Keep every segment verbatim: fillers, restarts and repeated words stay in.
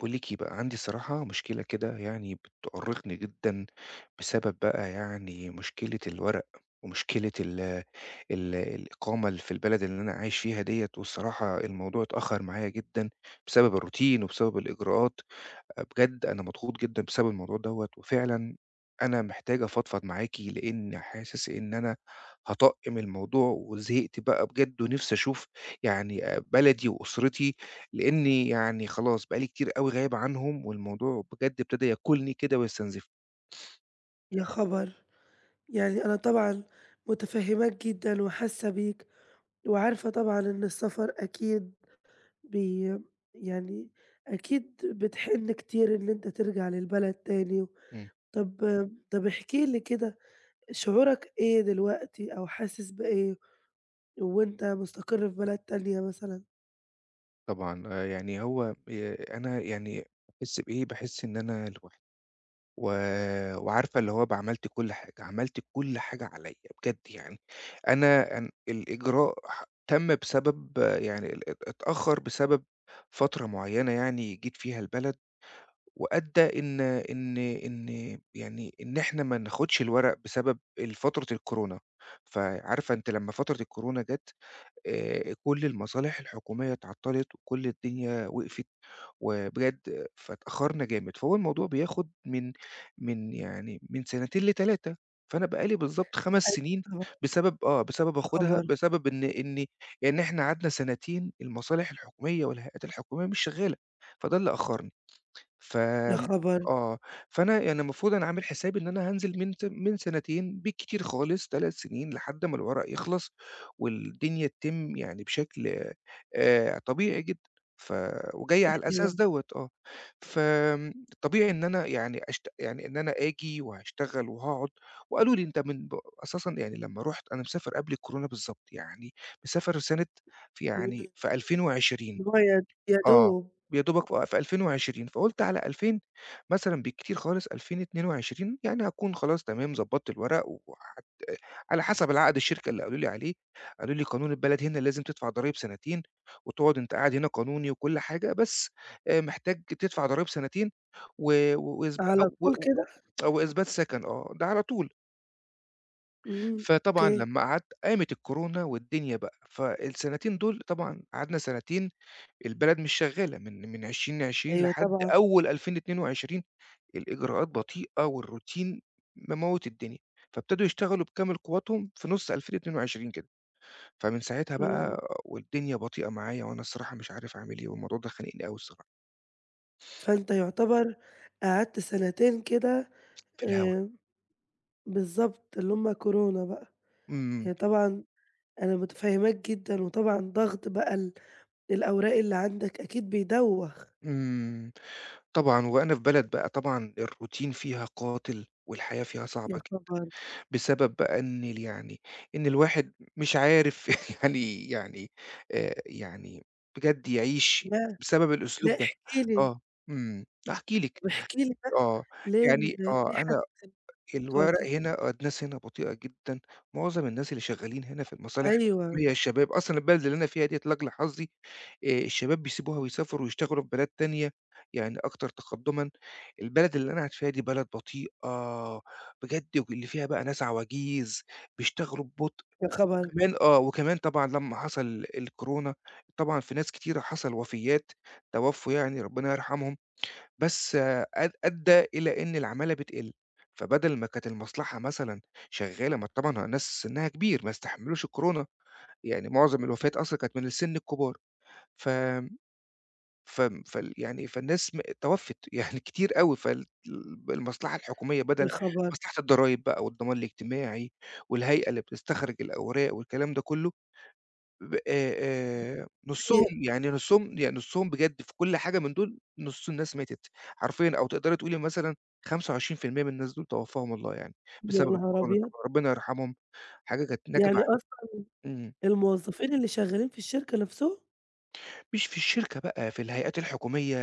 باقول لِك إيه بقى، عندي الصراحة مشكلة كده يعني بتؤرقني جدًا، بسبب بقى يعني مشكلة الورق، ومشكلة ال ال الإقامة اللي في البلد اللي أنا عايش فيها ديّة، والصراحة الموضوع اتأخر معايا جدًا، بسبب الروتين وبسبب الإجراءات. آآ بجد أنا مضغوط جدًا بسبب الموضوع دوّة، وفعلًا أنا محتاج أفضفض معاكِ، لإن حاسس إن أنا هاطقّم الموضوع وزهقت بقى بجد، ونِفسي أشوف يعني آآ بلدي وأسرتي، لإني يعني خلاص بقى لي كتير أوي غايب عنهم، والموضوع بجد ابتدى ياكلني كده ويستنزفني. يا خبر! يعني أنا طبعًا متفهّماك جدًا وحاسة بيك، وعارفة طبعًا إن السفر أكيد بي يعني أكيد بتحِن كتير إن أنت ترجع للبلد تاني. إمم. طب طب احكِ لي كده، شعورك إيه دلوقتي أو حاسس بإيه وأنت مستقر في بلد تانية مثلًا؟ طبعًا آآ يعني هو آآ أنا يعني باحس بإيه، باحس إن أنا لوحدي. و وعارفة اللي هو بقى عملتِ كل حاجة، عملتِ كل حاجة عليّا بجد يعني. أنا أن الإجراء ح تم بسبب آه، يعني ال ات اتأخّر بسبب فترة معيّنة يعني جيت فيها البلد، وأدّى إن إن إن يعني إن إحنا ما ناخدش الورق بسبب ال فترة الكورونا. فعارفة أنتِ لمّا فترة الكورونا جات، آآ كل المصالح الحكومية اتعطّلت وكل الدنيا وقفت. وبجد فاتأخرنا جامد، فهو الموضوع بياخد من من يعني من سنتين ل3. فأنا بقى لي بالضبط خمس سنين طبعًا. بسبب آه، بسبب يا آخدها خبر! بسبب إن إن إن إحنا قعدنا سنتين المصالح الحكومية والهيئات الحكومية مش شغالة، فده اللي أخرنا. يا فآمم خبر! آه، فأنا يعني المفروض أنا عامل حسابي إن أنا هانزل من س من سنتين بالكتير خالص تلات سنين لحد ما الورق يخلص، والدنيا تتم يعني بشكل آآ طبيعي جدًا، ف وجاي على الأساس أيوه. دوّة آه. فآمم طبيعي إن أنا يعني أشت يعني إن أنا آجي وهاشتغل وهاقعد، وقالوا لي أنت من ب أساسًا يعني لمّا رُحت أنا مسافر قبل الكورونا بالضبط، يعني مسافر سنة ف إمم. يعني في ألفين وعشرين. اللي هو يا يا آه، دوب. يا دوبك ف في ألفين وعشرين فقُلت على ألفين مثلًا بالكتير خالص ألفين واتنين وعشرين يعني هاكون خلاص تمام ضبّطت الورق وح على حسب العقد الشركة اللي قالوا لي عليه، قالوا لي قانون البلد هنا لازم تدفع ضرايب سنتين، وتقعد أنت قاعد هنا قانوني وكل حاجة، بس آآ محتاج تدفع ضرايب سنتين و و- وإثب على أو و طول و كده؟ أو إثبات سكن آه، ده على طول. إمم، فطبعًا أوكي. لمّا قعدت قامت الكورونا والدنيا بقى، فالسنتين دول طبعًا قعدنا سنتين البلد مش شغّالة من من ألفين وعشرين أيوه لحد طبعًا. أول ألفين واتنين وعشرين. الإجراءات بطيئة والروتين مموِّت الدنيا، فابتدوا يشتغلوا بكامل قوّتهم في نُص ألفين واتنين وعشرين كده، فمن ساعتها إمم. بقى والدنيا بطيئة معايا وأنا الصراحة مش عارف أعمل إيه والموضوع ده خانقني أوي الصراحة، فأنت يُعتبر قعدت سنتين كده. في الهوا. آآ بالضبط، اللي هُم كورونا بقى، إمم. يعني طبعًا أنا متفهّماك جدًا، وطبعًا ضغط بقى ال الأوراق اللي عندك أكيد بيدوّخ. إمم، طبعًا وأنا في بلد بقى طبعًا الروتين فيها قاتل والحياة فيها يا صعبة خبر! بسبب بقى إن ال يعني إن الواحد مش عارف يعني يعني آآ يعني بجد يعيش لا، بسبب الأسلوب لأ ده. احكِ لي، آه، إمم، هاحكي لِك، طب احكِ لي بقى آه، ليه ال يعني ليه آه، حسّيت أنا إن الرصيد الورق قاتل؟ هنا آه، الناس هنا بطيئة جدًا، معظم الناس اللي شغالين هنا في المصالح أيوه، الحكومية الشباب، أصلًا البلد اللي أنا فيها ديّة لأجل حظي آآ، الشباب بيسيبوها ويسافروا ويشتغلوا في بلاد تانية يعني أكتر تقدُّمًا، البلد اللي أنا قاعد فيها دي بلد بطيئة بجد واللي فيها بقى ناس عواجيز بيشتغلوا ببطء، يا خبر! وكمان آه، وكمان طبعًا لمّا حصل الكورونا طبعًا في ناس كتيرة حصل وفيات، توفّوا يعني ربنا يرحمهم. بس آه، أد أدّى إلى إن العمالة بتقِل، فبدل ما كانت المصلحة مثلًا شغّالة ما طبعًا ناس سِنّها كبير ما استحملوش الكورونا، يعني معظم الوفيات أصلًا كانت من السِن الكبار، ف فم فال يعني فالناس م توفّت يعني كتير أوي، فال المصلحة الحكومية يا بدل خبر! مصلحة الضرايب بقى والضمان الاجتماعي والهيئة اللي بتستخرج الأوراق والكلام ده كلّه ب آآ، آآ، ي نُصّهم يعني نُصّهم يعني نُصّهم بجد في كل حاجة من دول، نُص الناس ماتت حرفيًا، أو تقدري تقولي مثلًا خمسة وعشرين في المية من الناس دول توفاهم الله يعني، يا بسبب نهار الكورونا أبيض! طبعًا، ربنا يرحمهم، حاجة كانت نكبة يعني علي. أصلًا إمم. الموظفين اللي شغّالين في الشركة نَفْسهم؟ مش في الشركة بقى، في الهيئات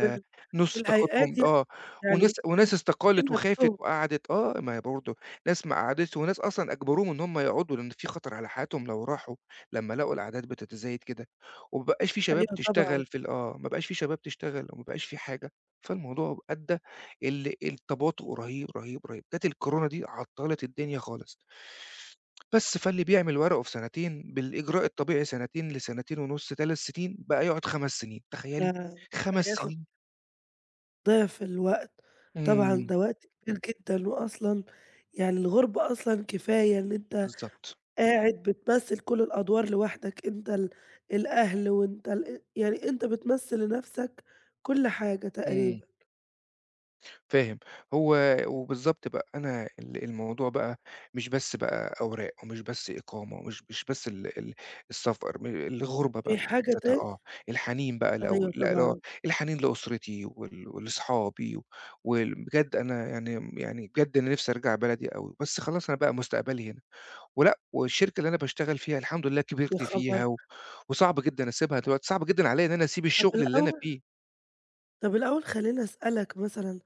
في ال في نُص طاقتهم الهيئات، ي آه، وناس يعني وناس استقالت الموظفين وخافت نَفْسهم. وقعدت آه، ما هي برضه ناس ما قعدتش وناس أصلًا أجبروهم إن هم يقعدوا، لإن في خطر على حياتهم لو راحوا، لمّا لقوا الأعداد بتتزايد كده، وما بقاش في شباب أيوه طبعًا. تشتغل في ال آه، ما بقاش في شباب تشتغل وما بقاش في حاجة، فالموضوع أدّى ال التباطؤ رهيب، رهيب، رهيب، جات الكورونا دي عطّلت الدنيا خالص. بس فاللي بيعمل ورقه في سنتين بالإجراء الطبيعي سنتين لسنتين ونُص، تلات سنين، بقى يقعد خمس سنين، ف تخيّلي! خمس فياخد سنين. ضِعف الوقت، طبعًا إمم، ده وقت كبير جدًا، وأصلًا يعني الغُربة أصلًا كفاية إن أنت بالضبط، قاعد بتمثّل كل الأدوار لوحدك، أنت ال الأهل وأنت ال يعني أنت بتمثّل لنَفْسك كل حاجة إمم، تقريبًا. فاهم، هو وبالضبط بقى أنا ال الموضوع بقى مش بس بقى أوراق ومش بس إقامة ومش مش بس ال ال السفر، م الغُربة بقى في في حد حاجة ذاتها تاني؟ آه، الحنين بقى لو أيوه لا لو طبعًا. الحنين لأسرتي وال ولأصحابي وال بجد أنا يعني يعني بجد أنا نِفْسي أرجع بلدي أوي، بس خلاص أنا بقى مستقبلي هنا. ولأ، والشركة اللي أنا باشتغل فيها الحمد لله يا كبرت خبر! فيها و وصعب جدًا أسيبها دلوقتي، صعب جدًا عليّا إن أنا أسيب طَب الشغل اللي أنا الأول فيه. طب الأول خلّيني أسألك مثلًا،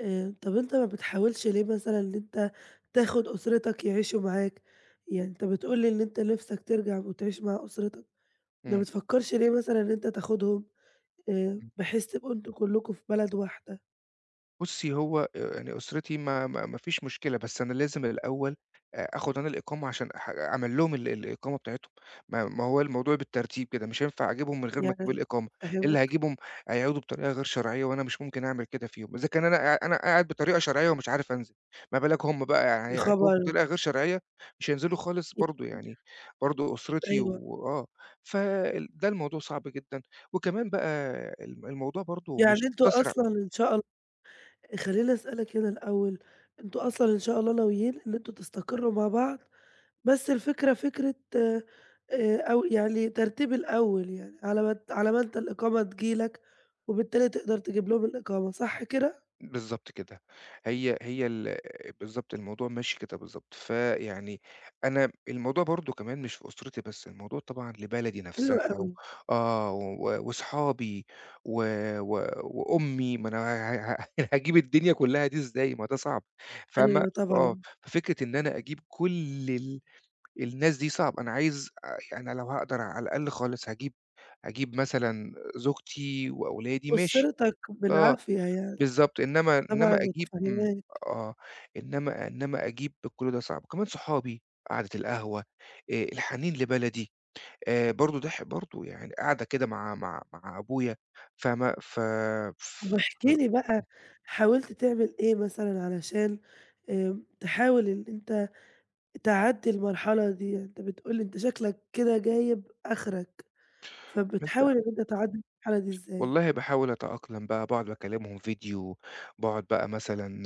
آآ، طب أنت ما بتحاولش ليه مثلًا إن أنت تاخد أسرتك يعيشوا معاك؟ يعني أنت بتقول لي إن أنت نِفْسك ترجع وتعيش مع أسرتك، ما إمم. بتفكّرش ليه مثلًا إن أنت تاخدهم، آآ، بحيث تبقوا أنتم كلّكم في بلد واحدة؟ بُصّي، هو آآ يعني أسرتي ما ما ما فيش مشكلة، بس أنا لازم الأول آآ آخُد أنا الإقامة عشان أح أعمل لهم ال الإقامة بتاعتهم، ما ما هو الموضوع بالترتيب كده، مش هينفع أجيبهم من غير ما أجيب يعني الإقامة، إيه اللي أفهمك؟ هاجيبهم هيقعدوا بطريقة غير شرعية وأنا مش ممكن أعمل كده فيهم، إذا كان أنا قاع أنا قاعد بطريقة شرعية ومش عارف أنزل، ما بالك هم بقى يعني يا هيعجبهم خبر! بطريقة غير شرعية مش هينزلوا خالص برضه يعني، برضه أسرتي أيوه، و آه، فال ده الموضوع صعب جدًا، وكمان بقى الم الموضوع برضه يعني مش أنتم مقتصر. أصلًا إن شاء ال خلّيني أسألك هنا الأول، أنتم أصلًا إن شاء الله ناويين إن أنتم تستقروا مع بعض؟ بس الفكرة فكرة، آآ أو يعني ترتيب الأول يعني، على ما ت على ما أنت الإقامة تيجي لك، وبالتالي تقدر تجيب لهم الإقامة، صح كده؟ بالضبط كده. هي هي ال بالضبط، الموضوع ماشي كده بالضبط. فيعني أنا الموضوع برضه كمان مش في أسرتي بس، الموضوع طبعًا لبلدي حلو نفسها أوي. و آه، و وأصحابي و و وأمي، ما أنا ه ه هاجيب الدنيا كلّها دي إزاي؟ ما ده صعب، فاهمة؟ أيوه آه، طبعًا. ففكرة إن أنا أجيب كل ال الناس دي صعب، أنا عايز آآ يعني لو هاقدر على الأقل خالص هاجيب هاجيب مثلًا زوجتي وأولادي ماشي، وسِرتك آه. بالعافية يعني. بالضبط، إنما إنما طبعًا أجيب إمم، متفهماك. آه، إنما إنما أجيب كل ده صعب، وكمان صحابي، قعدة القهوة، آآ، الحنين لبلدي، آآ، برضه ده ح برضه يعني قعدة كده مع مع مع أبويا، فما ف طب ف احكِ لي بقى، حاولت تعمل إيه مثلًا علشان آمم تحاول إن أنت تعدّي المرحلة دي؟ يعني أنت بتقول لي أنت شكلك كده جايب آخرك، فبتحاول عملت إن أنت تعدّي المرحلة دي إزاي؟ والله باحاول أتأقلم بقى، باقعد باكلمهم فيديو، باقعد بقى مثلًا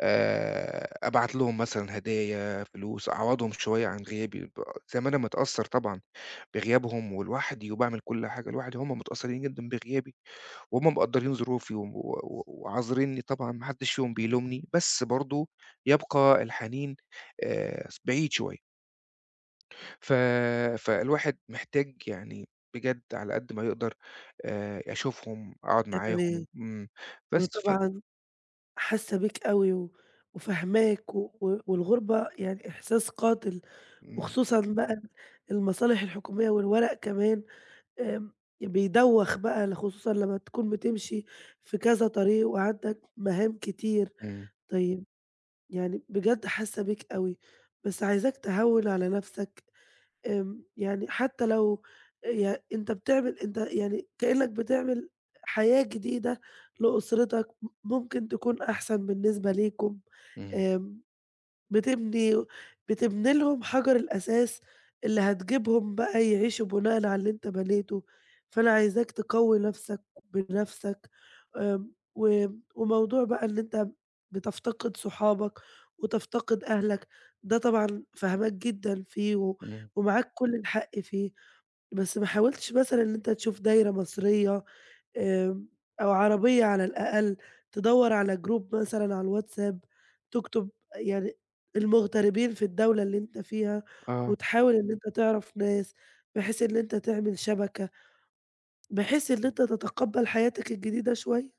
آآ، أبعت لهم مثلًا هدايا، فلوس، أعوّضهم شوية عن غيابي، ب زي ما أنا متأثّر طبعًا بغيابهم ولوحدي وباعمل كل حاجة لوحدي، هُم متأثّرين جدًا بغيابي. وهُم مقدّرين ظروفي و و وعذرينّي طبعًا ما حدّش فيهم بيلومني، بس برضه يبقى الحنين آآ س بعيد شوية. ف فالواحد محتاج يعني بجد على قد ما يقدر آآ أشوفهم، أقعد يعني معاهم، إمم، أنا بس ف طبعًا حاسة بيك أوي و وفاهماك، و و والغُربة يعني إحساس قاتل، إمم. وخصوصًا بقى ال المصالح الحكومية والورق كمان، آمم، بيدوّخ بقى ل خصوصًا لمّا تكون بتمشي في كذا طريق وعندك مهام كتير. إمم. طيب، يعني بجد حاسة بيك أوي، بس عايزاك تهوِّن على نَفْسك. آمم، يعني حتى لو ي أنت بتعمل أنت يعني كإنّك بتعمل حياة جديدة لأسرتك، م ممكن تكون أحسن بالنسبة ليكم. إمم. آمم بتبني بتبني لهم حجر الأساس اللي هتجيبهم بقى يعيشوا بناءً على اللي أنت بنيته، فأنا عايزاك تقوّي نفسك بنفسك. آمم، و وموضوع بقى إن أنت بتفتقد صحابك وتفتقد أهلك، ده طبعًا فاهماك جدًا فيه و إمم. ومعاك كل الحق فيه، بس ما حاولتش مثلًا إن أنت تشوف دايرة مصرية، آمم، أو عربية على الأقل، تدوّر على جروب مثلًا على الWhatsApp، تكتب يعني المغتربين في الدولة اللي أنت فيها، آه. وتحاول إن أنت تعرف ناس، بحيث إن أنت تعمل شبكة، بحيث إن أنت تتقبّل حياتك الجديدة شوية.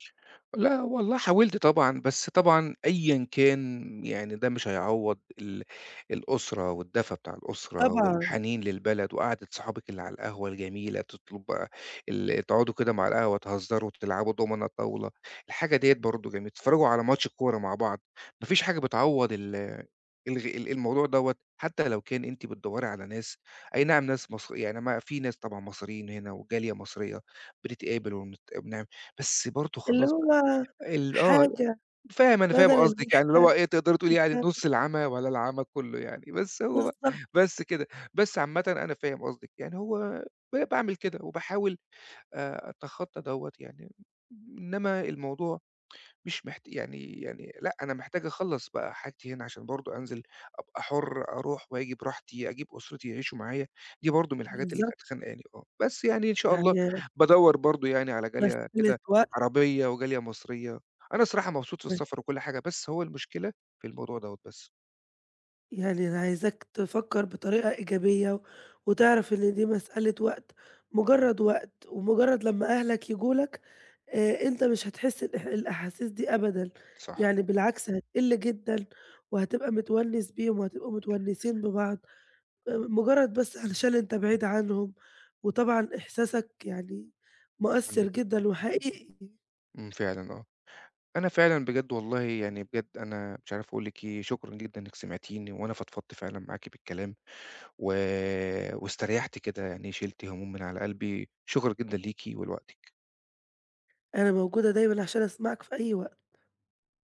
لأ والله حاولت طبعًا، بس طبعًا أيًا كان يعني ده مش هيعوّض ال الأسرة والدفى بتاع الأسرة طبعًا، والحنين للبلد وقعدة صحابِك اللي على القهوة الجميلة، تطلب بقى ال تقعدوا كده مع القهوة تهزروا، تلعبوا دومنة، طاولة، الحاجة ديّة برضه جميلة، تتفرّجوا على ماتش الكورة مع بعض، ما فيش حاجة بتعوّض ال الغ ال الموضوع دوّة، حتى لو كان أنتِ بتدوّري على ناس أي نعم ناس مصر يعني ما في ناس طبعًا مصريين هنا وجالية مصرية بنتقابل ونت بنعمل بس برضه اللي خلاص هو ال آه، حاجة فاهم أنا فاهم بدل قصدِك، يعني اللي هو الوحدة إيه تقدري تقولي يعني أنت. نُص العمى ولا العمى كلّه يعني، بس هو بقى بالضبط، بس كده، بس عامةً أنا فاهم قصدِك، يعني هو ب باعمل كده وباحاول آآ أتخطى دوّة يعني، إنما الموضوع مش محت يعني يعني لأ، أنا محتاج أخلّص بقى حاجتي هنا عشان برضه أنزل أبقى حُر، أروح وآجي براحتي، أجيب أسرتي يعيشوا معايا، دي برضه من الحاجات اللي بالضبط، كانت خانقاني آه. بس يعني إن شاء الله يعني بادوّر برضه يعني على جالية مسألة كده وقت. عربية وجالية مصرية. أنا الصراحة مبسوط في السفر وكل حاجة، بس هو المشكلة في الموضوع دوّة بس. يعني أنا عايزاك تفكّر بطريقة إيجابية و وتعرف إن دي مسألة وقت، مجرّد وقت، ومجرّد لمّا أهلك ييجوا لك، آآ أنت مش هتحس الإح الأحاسيس دي أبدًا، صح، يعني بالعكس هتقِل جدًا وهتبقى متونِّس بيهم وهتبقوا متونِّسين ببعض، آآ مجرّد بس علشان أنت بعيد عنهم، وطبعًا إحساسك يعني مؤثّر عندِك حق. جدًا وحقيقي. إمم، فعلًا آه. أنا فعلًا بجد والله يعني بجد أنا مش عارف أقول لِك إيه، شكرًا جدًا إنِّك سمعتيني وأنا فضفضت فعلًا معاكِ بالكلام. و واستريحتِ كده يعني شِلتِ هُموم من على قلبي، شكرًا جدًا ليكِ ولوقتِك. أنا موجودة دايمًا عشان أسمعك في أي وقت.